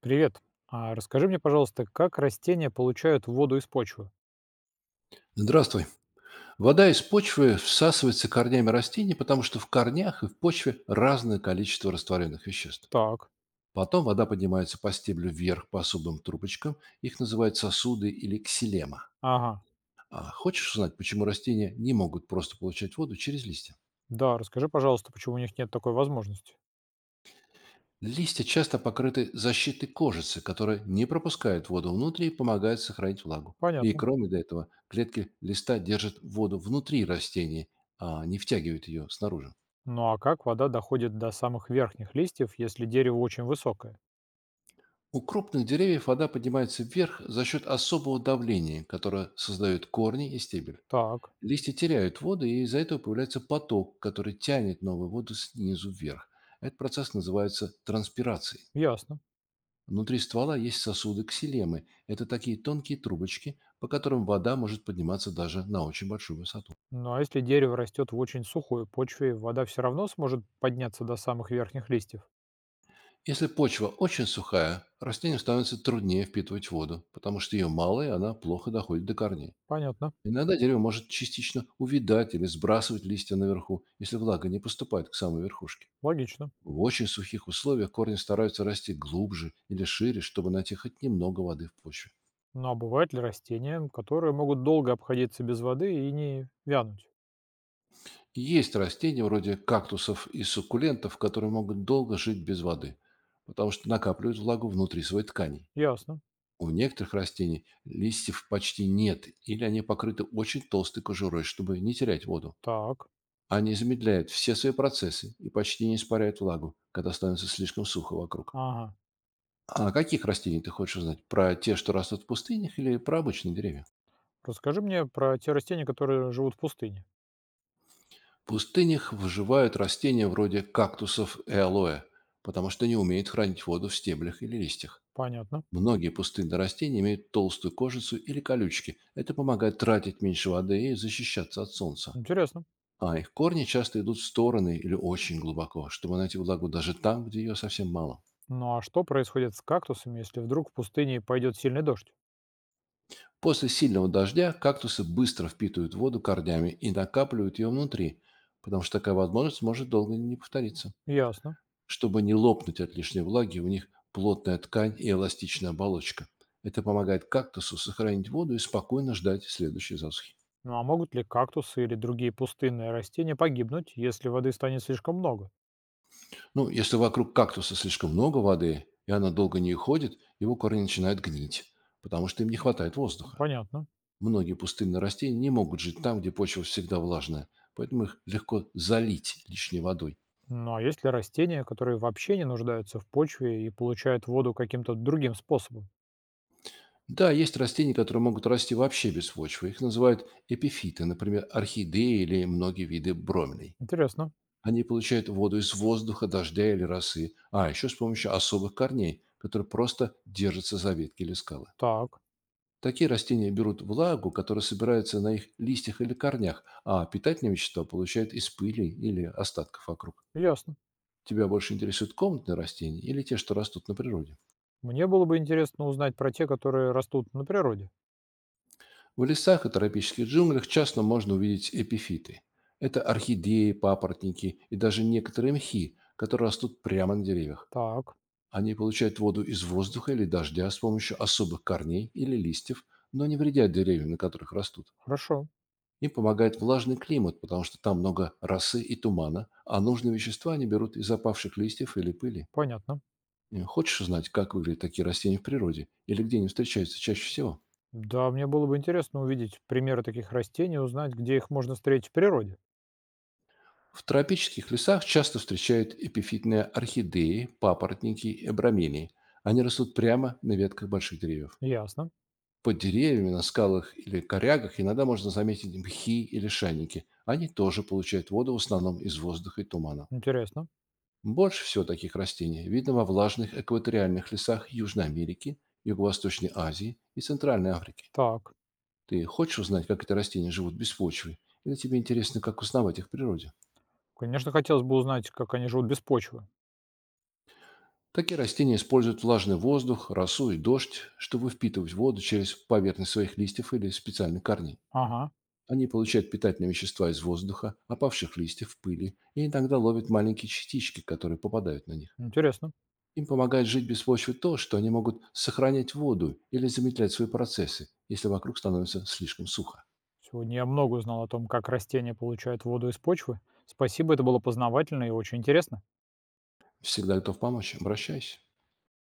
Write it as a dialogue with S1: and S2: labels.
S1: Привет. А расскажи мне, пожалуйста, как растения получают воду из почвы?
S2: Здравствуй. Вода из почвы всасывается корнями растений, потому что в корнях и в почве разное количество растворенных веществ.
S1: Так.
S2: Потом вода поднимается по стеблю вверх по особым трубочкам. Их называют сосуды или ксилема.
S1: Ага.
S2: А хочешь узнать, почему растения не могут просто получать воду через листья?
S1: Да, расскажи, пожалуйста, почему у них нет такой возможности.
S2: Листья часто покрыты защитой кожицы, которая не пропускает воду внутрь и помогает сохранить влагу. И
S1: Понятно.
S2: кроме этого, клетки листа держат воду внутри растений, а не втягивают ее снаружи.
S1: Ну а как вода доходит до самых верхних листьев, если дерево очень высокое?
S2: У крупных деревьев вода поднимается вверх за счет особого давления, которое создают корни и стебель.
S1: Так.
S2: Листья теряют воду, и из-за этого появляется поток, который тянет новую воду снизу вверх. Этот процесс называется транспирацией.
S1: Ясно.
S2: Внутри ствола есть сосуды ксилемы. Это такие тонкие трубочки, по которым вода может подниматься даже на очень большую высоту.
S1: Ну а если дерево растет в очень сухой почве, вода все равно сможет подняться до самых верхних листьев?
S2: Если почва очень сухая, растению становится труднее впитывать воду, потому что ее мало, и она плохо доходит до корней.
S1: Понятно.
S2: Иногда дерево может частично увядать или сбрасывать листья наверху, если влага не поступает к самой верхушке.
S1: Логично.
S2: В очень сухих условиях корни стараются расти глубже или шире, чтобы найти хоть немного воды в почве.
S1: Ну а бывают ли растения, которые могут долго обходиться без воды и не вянуть?
S2: Есть растения вроде кактусов и суккулентов, которые могут долго жить без воды, потому что накапливают влагу внутри своей ткани.
S1: Ясно.
S2: У некоторых растений листьев почти нет, или они покрыты очень толстой кожурой, чтобы не терять воду.
S1: Так.
S2: Они замедляют все свои процессы и почти не испаряют влагу, когда становится слишком сухо вокруг.
S1: Ага.
S2: А о каких растениях ты хочешь узнать? Про те, что растут в пустынях, или про обычные деревья?
S1: Расскажи мне про те растения, которые живут в пустыне.
S2: В пустынях выживают растения вроде кактусов и алоэ, потому что не умеют хранить воду в стеблях или листьях.
S1: Понятно.
S2: Многие пустынные растения имеют толстую кожицу или колючки. Это помогает тратить меньше воды и защищаться от солнца.
S1: Интересно.
S2: А их корни часто идут в стороны или очень глубоко, чтобы найти влагу даже там, где ее совсем мало.
S1: Ну а что происходит с кактусами, если вдруг в пустыне пойдет сильный дождь?
S2: После сильного дождя кактусы быстро впитывают воду корнями и накапливают ее внутри, потому что такая возможность может долго не повториться.
S1: Ясно.
S2: Чтобы не лопнуть от лишней влаги, у них плотная ткань и эластичная оболочка. Это помогает кактусу сохранить воду и спокойно ждать следующей засухи.
S1: Ну а могут ли кактусы или другие пустынные растения погибнуть, если воды станет слишком много?
S2: Ну, если вокруг кактуса слишком много воды, и она долго не уходит, его корни начинают гнить, потому что им не хватает воздуха.
S1: Понятно.
S2: Многие пустынные растения не могут жить там, где почва всегда влажная, поэтому их легко залить лишней водой.
S1: Ну а есть ли растения, которые вообще не нуждаются в почве и получают воду каким-то другим способом?
S2: Да, есть растения, которые могут расти вообще без почвы. Их называют эпифиты, например, орхидеи или многие виды бромелей.
S1: Интересно.
S2: Они получают воду из воздуха, дождя или росы, а еще с помощью особых корней, которые просто держатся за ветки или скалы.
S1: Так,
S2: Такие растения берут влагу, которая собирается на их листьях или корнях, а питательные вещества получают из пыли или остатков вокруг.
S1: ясно.
S2: Тебя больше интересуют комнатные растения или те, что растут на природе?
S1: Мне было бы интересно узнать про те, которые растут на природе.
S2: В лесах и тропических джунглях часто можно увидеть эпифиты. Это орхидеи, папоротники и даже некоторые мхи, которые растут прямо на деревьях.
S1: Так,
S2: Они получают воду из воздуха или дождя с помощью особых корней или листьев, но не вредят деревьям, на которых растут.
S1: хорошо,
S2: Им помогает влажный климат, потому что там много росы и тумана, а нужные вещества они берут из опавших листьев или пыли.
S1: понятно.
S2: Хочешь узнать, как выглядят такие растения в природе или где они встречаются чаще всего?
S1: Да, мне было бы интересно увидеть примеры таких растений, узнать, где их можно встретить в природе.
S2: В тропических лесах часто встречают эпифитные орхидеи, папоротники и абрамелии. Они растут прямо на ветках больших деревьев.
S1: Ясно.
S2: Под деревьями, на скалах или корягах иногда можно заметить мхи или шайники. Они тоже получают воду в основном из воздуха и тумана.
S1: Интересно.
S2: Больше всего таких растений видно во влажных экваториальных лесах Южной Америки, Юго-Восточной Азии и Центральной Африки.
S1: Так.
S2: Ты хочешь узнать, как эти растения живут без почвы? Или тебе интересно, как узнавать их в природе?
S1: Конечно, хотелось бы узнать, как они живут без почвы.
S2: Такие растения используют влажный воздух, росу и дождь, чтобы впитывать воду через поверхность своих листьев или специальных корней.
S1: Ага.
S2: Они получают питательные вещества из воздуха, опавших листьев, пыли и иногда ловят маленькие частички, которые попадают на них.
S1: Интересно.
S2: Им помогает жить без почвы то, что они могут сохранять воду или замедлять свои процессы, если вокруг становится слишком сухо.
S1: Сегодня я много узнал о том, как растения получают воду из почвы. Спасибо, это было познавательно и очень интересно.
S2: Всегда готов помочь. Обращайся.